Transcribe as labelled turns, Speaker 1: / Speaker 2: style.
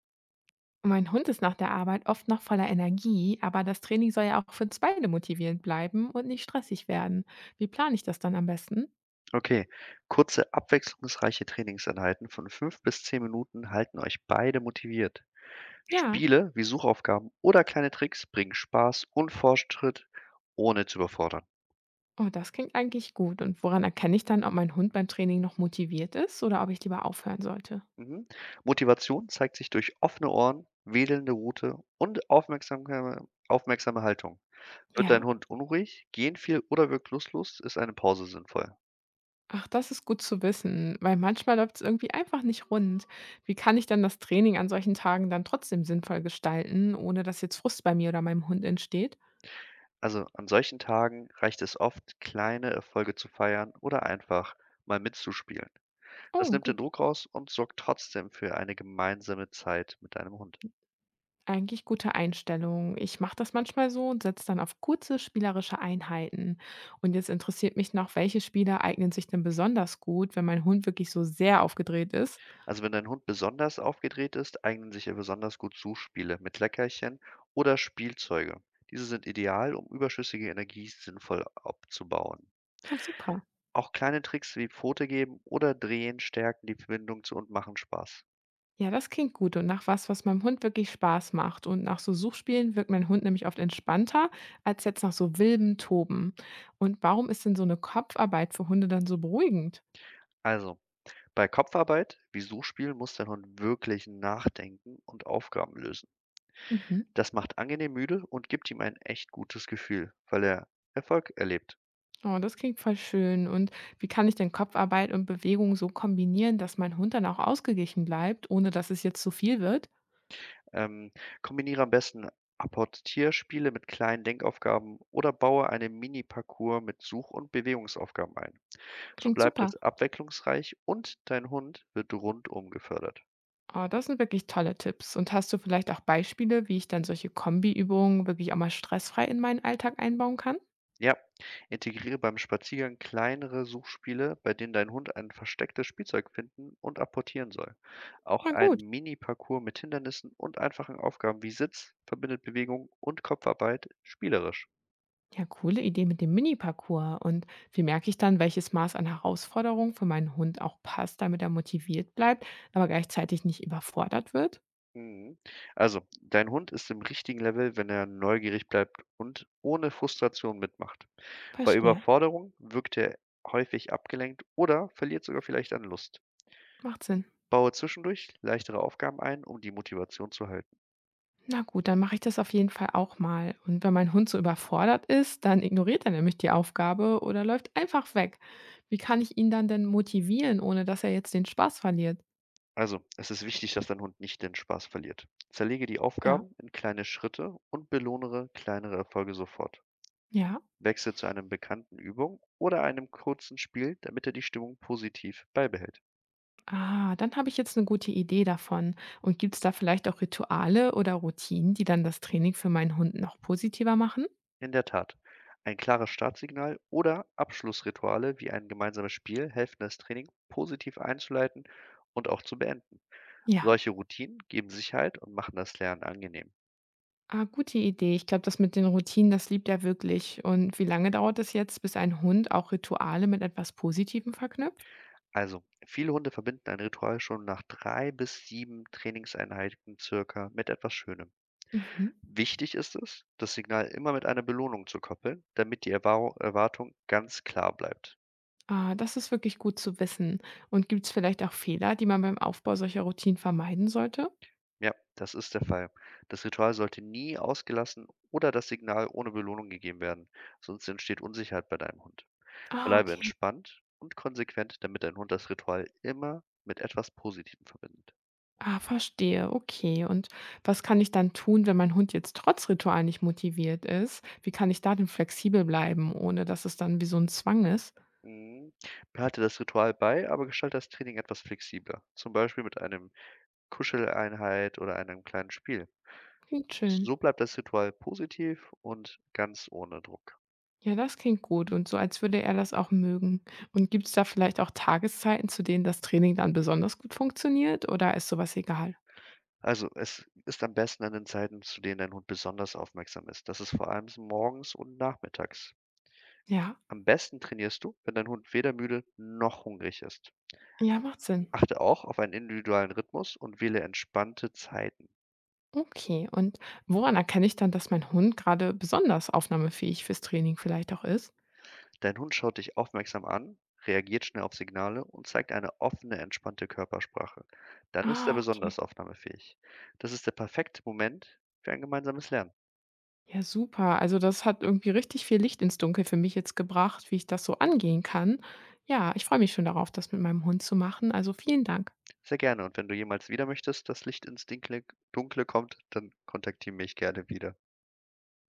Speaker 1: Mein Hund ist nach der Arbeit oft noch voller Energie, aber das Training soll ja auch für uns beide motivierend bleiben und nicht stressig werden. Wie plane ich das dann am besten?
Speaker 2: Okay, kurze, abwechslungsreiche Trainingseinheiten von 5 bis 10 Minuten halten euch beide motiviert.
Speaker 1: Ja,
Speaker 2: Spiele wie Suchaufgaben oder kleine Tricks bringen Spaß und Fortschritt, ohne zu überfordern.
Speaker 1: oh, das klingt eigentlich gut. Und woran erkenne ich dann, ob mein Hund beim Training noch motiviert ist oder ob ich lieber aufhören sollte?
Speaker 2: Mhm. Motivation zeigt sich durch offene Ohren, wedelnde Rute und aufmerksame Haltung. Wird dein
Speaker 1: Ja,
Speaker 2: Hund unruhig, gehen viel oder wirkt lustlos, ist eine Pause sinnvoll.
Speaker 1: ach, das ist gut zu wissen, weil manchmal läuft es irgendwie einfach nicht rund. Wie kann ich dann das Training an solchen Tagen dann trotzdem sinnvoll gestalten, ohne dass jetzt Frust bei mir oder meinem Hund entsteht?
Speaker 2: Also an solchen Tagen reicht es oft, kleine Erfolge zu feiern oder einfach mal mitzuspielen. Das
Speaker 1: Oh,
Speaker 2: nimmt den
Speaker 1: gut.
Speaker 2: Druck raus und sorgt trotzdem für eine gemeinsame Zeit mit deinem Hund.
Speaker 1: Eigentlich gute Einstellung. Ich mache das manchmal so und setze dann auf kurze spielerische Einheiten. Und jetzt interessiert mich noch, welche Spiele eignen sich denn besonders gut, wenn mein Hund wirklich so sehr aufgedreht ist?
Speaker 2: Also wenn dein Hund besonders aufgedreht ist, eignen sich ihr besonders gut Suchspiele mit Leckerchen oder Spielzeuge. Diese sind ideal, um überschüssige Energie sinnvoll abzubauen.
Speaker 1: Ah, super.
Speaker 2: Auch kleine Tricks wie Pfote geben oder drehen stärken die Verbindung zu und machen Spaß.
Speaker 1: Ja, das klingt gut und nach was, was meinem Hund wirklich Spaß macht. Und nach so Suchspielen wirkt mein Hund nämlich oft entspannter als jetzt nach so wildem Toben. Und warum ist denn so eine Kopfarbeit für Hunde dann so beruhigend?
Speaker 2: Also, bei Kopfarbeit wie Suchspiel muss dein Hund wirklich nachdenken und Aufgaben lösen.
Speaker 1: Mhm.
Speaker 2: Das macht angenehm müde und gibt ihm ein echt gutes Gefühl, weil er Erfolg erlebt.
Speaker 1: Oh, das klingt voll schön. Und wie kann ich denn Kopfarbeit und Bewegung so kombinieren, dass mein Hund dann auch ausgeglichen bleibt, ohne dass es jetzt zu viel wird?
Speaker 2: Ähm, Kombiniere am besten Apportierspiele mit kleinen Denkaufgaben oder baue einen Mini-Parcours mit Such- und Bewegungsaufgaben ein. So
Speaker 1: Klingt
Speaker 2: bleibt
Speaker 1: super.
Speaker 2: es abwechslungsreich und dein Hund wird rundum gefördert.
Speaker 1: Oh, das sind wirklich tolle Tipps. Und hast du vielleicht auch Beispiele, wie ich dann solche Kombiübungen wirklich auch mal stressfrei in meinen Alltag einbauen kann?
Speaker 2: Ja, integriere beim Spaziergang kleinere Suchspiele, bei denen dein Hund ein verstecktes Spielzeug finden und apportieren soll. Auch
Speaker 1: Na
Speaker 2: ein
Speaker 1: gut.
Speaker 2: Mini-Parcours mit Hindernissen und einfachen Aufgaben wie Sitz verbindet Bewegung und Kopfarbeit spielerisch.
Speaker 1: Ja, coole Idee mit dem Mini-Parcours. Und wie merke ich dann, welches Maß an Herausforderung für meinen Hund auch passt, damit er motiviert bleibt, aber gleichzeitig nicht überfordert wird?
Speaker 2: Mhm. Also, dein Hund ist im richtigen Level, wenn er neugierig bleibt und ohne Frustration mitmacht. Bei
Speaker 1: Verstehe.
Speaker 2: Überforderung wirkt er häufig abgelenkt oder verliert sogar vielleicht an Lust.
Speaker 1: Macht Sinn.
Speaker 2: Baue zwischendurch leichtere Aufgaben ein, um die Motivation zu halten.
Speaker 1: Na gut, dann mache ich das auf jeden Fall auch mal. Und wenn mein Hund so überfordert ist, dann ignoriert er nämlich die Aufgabe oder läuft einfach weg. Wie kann ich ihn dann denn motivieren, ohne dass er jetzt den Spaß verliert?
Speaker 2: Also, es ist wichtig, dass dein Hund nicht den Spaß verliert. Zerlege die
Speaker 1: Ja.
Speaker 2: Aufgaben in kleine Schritte und belohne kleinere Erfolge sofort.
Speaker 1: Ja.
Speaker 2: Wechsle zu einer bekannten Übung oder einem kurzen Spiel, damit er die Stimmung positiv beibehält.
Speaker 1: Ah, dann habe ich jetzt eine gute Idee davon. Und gibt es da vielleicht auch Rituale oder Routinen, die dann das Training für meinen Hund noch positiver machen?
Speaker 2: In der Tat. Ein klares Startsignal oder Abschlussrituale wie ein gemeinsames Spiel helfen das Training positiv einzuleiten und auch zu beenden.
Speaker 1: Ja.
Speaker 2: Solche Routinen geben Sicherheit und machen das Lernen angenehm.
Speaker 1: Ah, gute Idee. Ich glaube, das mit den Routinen, das liebt er wirklich. Und wie lange dauert es jetzt, bis ein Hund auch Rituale mit etwas Positivem verknüpft?
Speaker 2: Also, viele Hunde verbinden ein Ritual schon nach 3 bis 7 Trainingseinheiten circa mit etwas Schönem.
Speaker 1: Mhm.
Speaker 2: Wichtig ist es, das Signal immer mit einer Belohnung zu koppeln, damit die Erwartung ganz klar bleibt.
Speaker 1: Ah, das ist wirklich gut zu wissen. Und gibt es vielleicht auch Fehler, die man beim Aufbau solcher Routinen vermeiden sollte?
Speaker 2: Ja, das ist der Fall. Das Ritual sollte nie ausgelassen oder das Signal ohne Belohnung gegeben werden, sonst entsteht Unsicherheit bei deinem Hund.
Speaker 1: Ah,
Speaker 2: Bleibe
Speaker 1: okay.
Speaker 2: entspannt und konsequent, damit dein Hund das Ritual immer mit etwas Positivem verbindet.
Speaker 1: Ah, verstehe. Okay. Und was kann ich dann tun, wenn mein Hund jetzt trotz Ritual nicht motiviert ist? Wie kann ich da denn flexibel bleiben, ohne dass es dann wie so ein Zwang ist?
Speaker 2: Mhm. Behalte das Ritual bei, aber gestalte das Training etwas flexibler, zum Beispiel mit einem Kuscheleinheit oder einem kleinen Spiel.
Speaker 1: Klingt schön.
Speaker 2: So bleibt das Ritual positiv und ganz ohne Druck.
Speaker 1: Ja, das klingt gut und so, als würde er das auch mögen. Und gibt es da vielleicht auch Tageszeiten, zu denen das Training dann besonders gut funktioniert oder ist sowas egal?
Speaker 2: Also, es ist am besten an den Zeiten, zu denen dein Hund besonders aufmerksam ist. Das ist vor allem s morgens und nachmittags.
Speaker 1: Ja.
Speaker 2: Am besten trainierst du, wenn dein Hund weder müde noch hungrig ist.
Speaker 1: Ja, macht Sinn.
Speaker 2: Achte auch auf einen individuellen Rhythmus und wähle entspannte Zeiten.
Speaker 1: Okay, und woran erkenne ich dann, dass mein Hund gerade besonders aufnahmefähig fürs Training vielleicht auch ist?
Speaker 2: Dein Hund schaut dich aufmerksam an, reagiert schnell auf Signale und zeigt eine offene, entspannte Körpersprache. Dann ist er
Speaker 1: Ah,
Speaker 2: besonders
Speaker 1: okay.
Speaker 2: aufnahmefähig. Das ist der perfekte Moment für ein gemeinsames Lernen.
Speaker 1: Ja, super. Also das hat irgendwie richtig viel Licht ins Dunkel für mich jetzt gebracht, wie ich das so angehen kann. Ja, ich freue mich schon darauf, das mit meinem Hund zu machen. Also vielen Dank.
Speaker 2: Sehr gerne, und wenn du jemals wieder möchtest, dass Licht ins Dinkle Dunkle kommt, dann kontaktiere mich gerne wieder.